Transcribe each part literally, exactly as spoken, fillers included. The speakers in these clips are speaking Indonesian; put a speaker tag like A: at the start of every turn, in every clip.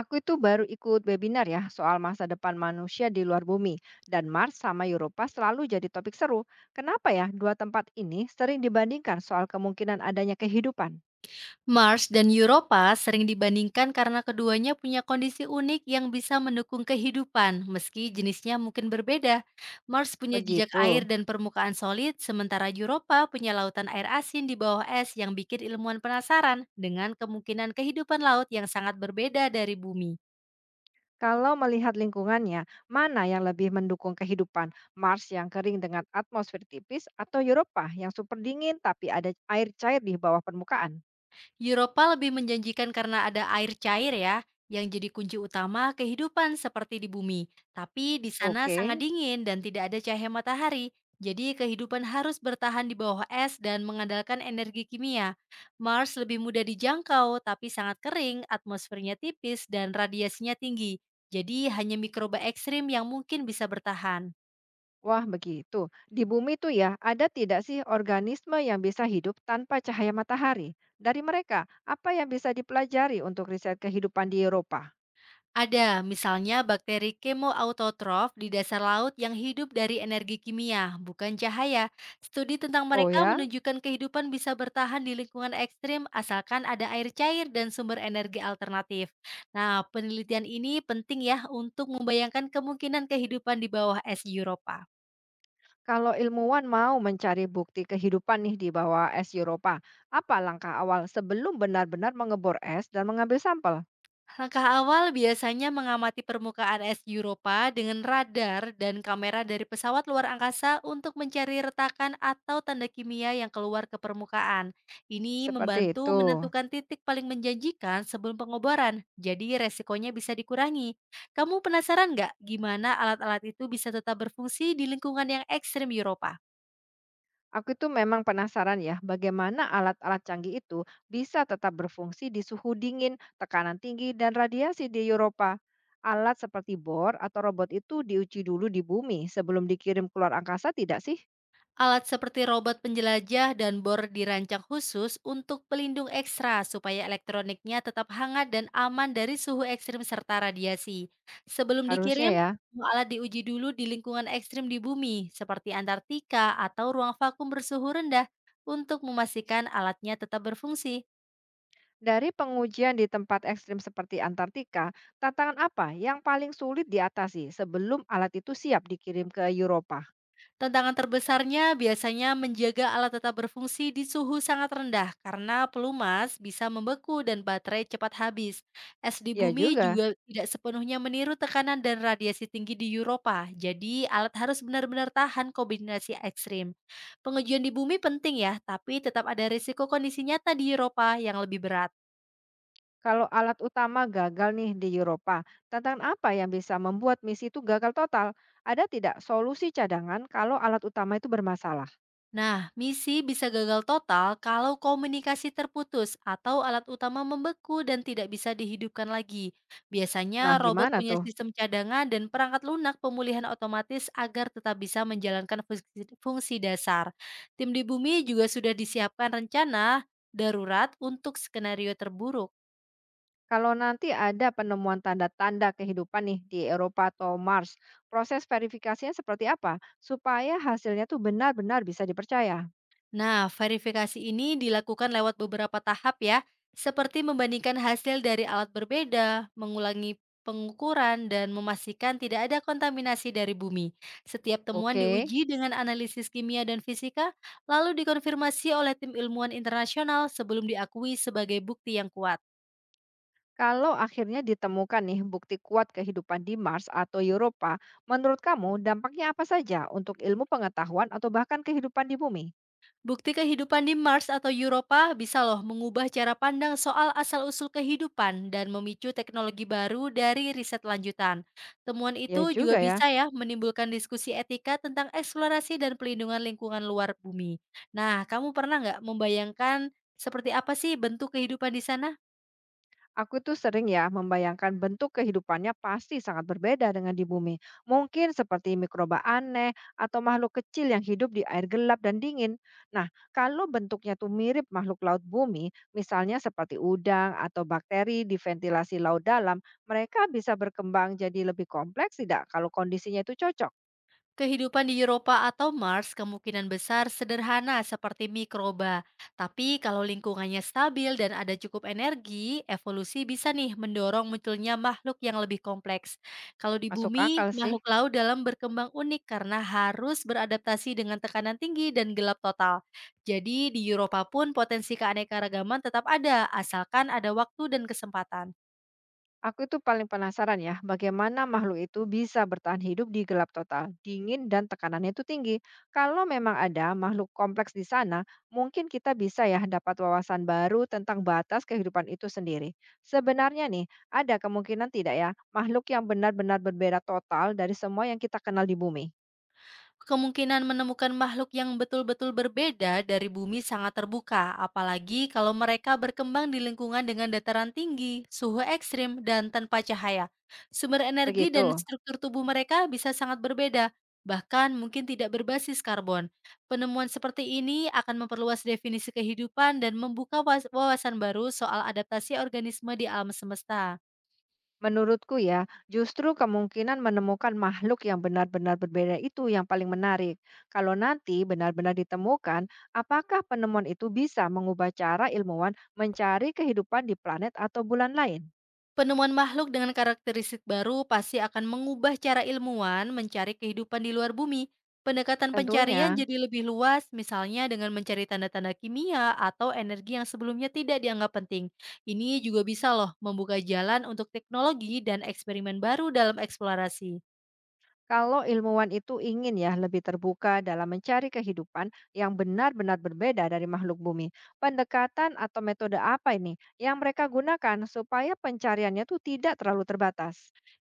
A: Aku itu baru ikut webinar ya soal masa depan manusia di luar bumi dan Mars sama Europa selalu jadi topik seru. Kenapa ya dua tempat ini sering dibandingkan soal kemungkinan adanya kehidupan?
B: Mars dan Europa sering dibandingkan karena keduanya punya kondisi unik yang bisa mendukung kehidupan, meski jenisnya mungkin berbeda. Mars punya jejak
A: Begitu.
B: air dan permukaan solid, sementara Europa punya lautan air asin di bawah es yang bikin ilmuwan penasaran dengan kemungkinan kehidupan laut yang sangat berbeda dari bumi.
A: Kalau melihat lingkungannya, mana yang lebih mendukung kehidupan? Mars yang kering dengan atmosfer tipis atau Europa yang super dingin tapi ada air cair di bawah permukaan?
B: Europa lebih menjanjikan karena ada air cair ya, yang jadi kunci utama kehidupan seperti di bumi. Tapi di sana sangat
A: Oke.
B: dingin dan tidak ada cahaya matahari. Jadi kehidupan harus bertahan di bawah es dan mengandalkan energi kimia. Mars lebih mudah dijangkau tapi sangat kering, atmosfernya tipis dan radiasinya tinggi. Jadi hanya mikroba ekstrim yang mungkin bisa bertahan.
A: Wah, begitu. Di bumi itu ya, ada tidak sih organisme yang bisa hidup tanpa cahaya matahari? Dari mereka, apa yang bisa dipelajari untuk riset kehidupan di Eropa?
B: Ada, misalnya bakteri kemoautotrof di dasar laut yang hidup dari energi kimia, bukan cahaya. Studi tentang
A: Oh
B: mereka
A: ya,
B: menunjukkan kehidupan bisa bertahan di lingkungan ekstrim asalkan ada air cair dan sumber energi alternatif. Nah, penelitian ini penting ya untuk membayangkan kemungkinan kehidupan di bawah es Eropa.
A: kalau ilmuwan mau mencari bukti kehidupan nih di bawah es Eropa, apa langkah awal sebelum benar-benar mengebor es dan mengambil sampel?
B: Langkah awal biasanya mengamati permukaan es Europa dengan radar dan kamera dari pesawat luar angkasa untuk mencari retakan atau tanda kimia yang keluar ke permukaan. Ini
A: Seperti
B: membantu
A: itu.
B: menentukan titik paling menjanjikan sebelum pengobaran, jadi resikonya bisa dikurangi. Kamu penasaran nggak gimana alat-alat itu bisa tetap berfungsi di lingkungan yang ekstrim Europa?
A: Aku itu memang penasaran ya, bagaimana alat-alat canggih itu bisa tetap berfungsi di suhu dingin, tekanan tinggi, dan radiasi di Eropa. Alat seperti bor atau robot itu diuji dulu di bumi sebelum dikirim keluar angkasa tidak sih?
B: Alat seperti robot penjelajah dan bor dirancang khusus untuk pelindung ekstra supaya elektroniknya tetap hangat dan aman dari suhu ekstrim serta radiasi. Sebelum
A: Harusnya
B: dikirim,
A: ya.
B: semua alat diuji dulu di lingkungan ekstrim di bumi, seperti Antartika atau ruang vakum bersuhu rendah, untuk memastikan alatnya tetap berfungsi.
A: Dari pengujian di tempat ekstrim seperti Antartika, tantangan apa yang paling sulit diatasi sebelum alat itu siap dikirim ke Eropa?
B: Tantangan terbesarnya biasanya menjaga alat tetap berfungsi di suhu sangat rendah karena pelumas bisa membeku dan baterai cepat habis. Es di
A: Ya
B: bumi
A: juga.
B: juga tidak sepenuhnya meniru tekanan dan radiasi tinggi di Eropa, jadi alat harus benar-benar tahan kombinasi ekstrim. Pengujian di bumi penting ya, tapi tetap ada risiko kondisi nyata di Eropa yang lebih berat.
A: Kalau alat utama gagal nih di Eropa, tantangan apa yang bisa membuat misi itu gagal total? Ada tidak solusi cadangan kalau alat utama itu bermasalah?
B: Nah, misi bisa gagal total kalau komunikasi terputus atau alat utama membeku dan tidak bisa dihidupkan lagi.
A: Nah,
B: Biasanya robot
A: gimana
B: punya
A: tuh?
B: sistem cadangan dan perangkat lunak pemulihan otomatis agar tetap bisa menjalankan fungsi, fungsi dasar. Tim di bumi juga sudah disiapkan rencana darurat untuk skenario terburuk.
A: Kalau nanti ada penemuan tanda-tanda kehidupan nih di Eropa atau Mars, proses verifikasinya seperti apa supaya hasilnya tuh benar-benar bisa dipercaya?
B: Nah, verifikasi ini dilakukan lewat beberapa tahap ya, seperti membandingkan hasil dari alat berbeda, mengulangi pengukuran, dan memastikan tidak ada kontaminasi dari bumi. Setiap temuan
A: Oke,
B: diuji dengan analisis kimia dan fisika, lalu dikonfirmasi oleh tim ilmuwan internasional sebelum diakui sebagai bukti yang kuat.
A: kalau akhirnya ditemukan nih bukti kuat kehidupan di Mars atau Eropa, menurut kamu dampaknya apa saja untuk ilmu pengetahuan atau bahkan kehidupan di bumi?
B: Bukti kehidupan di Mars atau Europa bisa loh mengubah cara pandang soal asal-usul kehidupan dan memicu teknologi baru dari riset lanjutan. Temuan
A: Ya
B: itu juga
A: juga ya.
B: bisa ya menimbulkan diskusi etika tentang eksplorasi dan pelindungan lingkungan luar bumi. Nah, kamu pernah nggak membayangkan seperti apa sih bentuk kehidupan di sana?
A: Aku tuh sering ya membayangkan bentuk kehidupannya pasti sangat berbeda dengan di bumi. Mungkin seperti mikroba aneh atau makhluk kecil yang hidup di air gelap dan dingin. Nah, kalau bentuknya tuh mirip makhluk laut bumi, misalnya seperti udang atau bakteri di ventilasi laut dalam, mereka bisa berkembang jadi lebih kompleks tidak kalau kondisinya itu cocok.
B: Kehidupan di Eropa atau Mars kemungkinan besar sederhana seperti mikroba. Tapi kalau lingkungannya stabil dan ada cukup energi, evolusi bisa nih mendorong munculnya makhluk yang lebih kompleks. Kalau di
A: Masuk akal
B: bumi,
A: sih.
B: makhluk laut dalam berkembang unik karena harus beradaptasi dengan tekanan tinggi dan gelap total. Jadi di Eropa pun potensi keanekaragaman tetap ada, asalkan ada waktu dan kesempatan.
A: Aku itu paling penasaran ya, bagaimana makhluk itu bisa bertahan hidup di gelap total, dingin dan tekanannya itu tinggi. Kalau memang ada makhluk kompleks di sana, mungkin kita bisa ya dapat wawasan baru tentang batas kehidupan itu sendiri. Sebenarnya nih, ada kemungkinan tidak ya makhluk yang benar-benar berbeda total dari semua yang kita kenal di bumi.
B: Kemungkinan menemukan makhluk yang betul-betul berbeda dari bumi sangat terbuka, apalagi kalau mereka berkembang di lingkungan dengan dataran tinggi, suhu ekstrim, dan tanpa cahaya. Sumber energi dan
A: Begitu.
B: struktur tubuh mereka bisa sangat berbeda, bahkan mungkin tidak berbasis karbon. Penemuan seperti ini akan memperluas definisi kehidupan dan membuka was- wawasan baru soal adaptasi organisme di alam semesta.
A: Menurutku ya, justru kemungkinan menemukan makhluk yang benar-benar berbeda itu yang paling menarik. Kalau nanti benar-benar ditemukan, apakah penemuan itu bisa mengubah cara ilmuwan mencari kehidupan di planet atau bulan lain?
B: Penemuan makhluk dengan karakteristik baru pasti akan mengubah cara ilmuwan mencari kehidupan di luar bumi. Pendekatan pencarian
A: Tentunya,
B: jadi lebih luas, misalnya dengan mencari tanda-tanda kimia atau energi yang sebelumnya tidak dianggap penting. Ini juga bisa loh membuka jalan untuk teknologi dan eksperimen baru dalam eksplorasi.
A: kalau ilmuwan itu ingin ya lebih terbuka dalam mencari kehidupan yang benar-benar berbeda dari makhluk bumi, pendekatan atau metode apa ini yang mereka gunakan supaya pencariannya tuh tidak terlalu terbatas?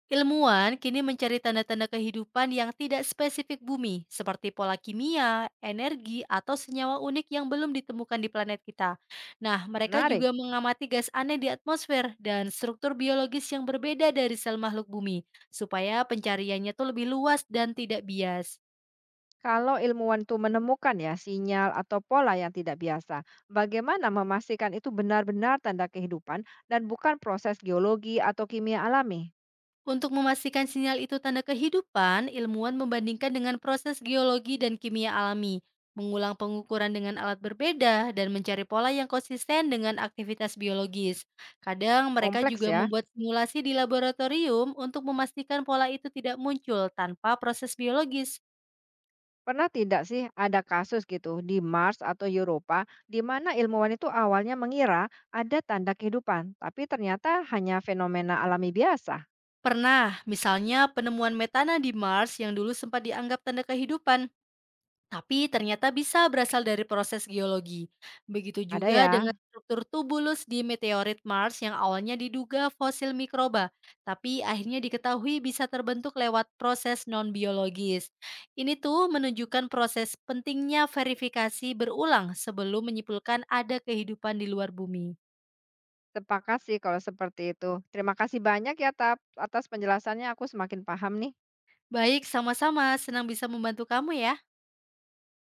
B: Ilmuwan kini mencari tanda-tanda kehidupan yang tidak spesifik bumi, seperti pola kimia, energi, atau senyawa unik yang belum ditemukan di planet kita. Nah, mereka
A: Menarik.
B: juga mengamati gas aneh di atmosfer dan struktur biologis yang berbeda dari sel makhluk bumi, supaya pencariannya tuh lebih luas dan tidak bias.
A: Kalau ilmuwan itu menemukan ya sinyal atau pola yang tidak biasa, bagaimana memastikan itu benar-benar tanda kehidupan dan bukan proses geologi atau kimia alami?
B: Untuk memastikan sinyal itu tanda kehidupan, ilmuwan membandingkan dengan proses geologi dan kimia alami, mengulang pengukuran dengan alat berbeda, dan mencari pola yang konsisten dengan aktivitas biologis. Kadang mereka
A: Kompleks
B: juga
A: ya.
B: membuat simulasi di laboratorium untuk memastikan pola itu tidak muncul tanpa proses biologis.
A: Pernah tidak sih ada kasus gitu di Mars atau Europa di mana ilmuwan itu awalnya mengira ada tanda kehidupan, tapi ternyata hanya fenomena alami biasa?
B: Pernah, misalnya penemuan metana di Mars yang dulu sempat dianggap tanda kehidupan, tapi ternyata bisa berasal dari proses geologi. Begitu
A: Ada
B: juga dengan
A: ya.
B: struktur tubulus di meteorit Mars yang awalnya diduga fosil mikroba, tapi akhirnya diketahui bisa terbentuk lewat proses non-biologis. Ini tuh menunjukkan proses pentingnya verifikasi berulang sebelum menyimpulkan ada kehidupan di luar bumi.
A: Sepakat sih kalau seperti itu. Terima kasih banyak ya Tap atas penjelasannya aku semakin paham nih.
B: Baik, sama-sama. Senang bisa membantu kamu ya.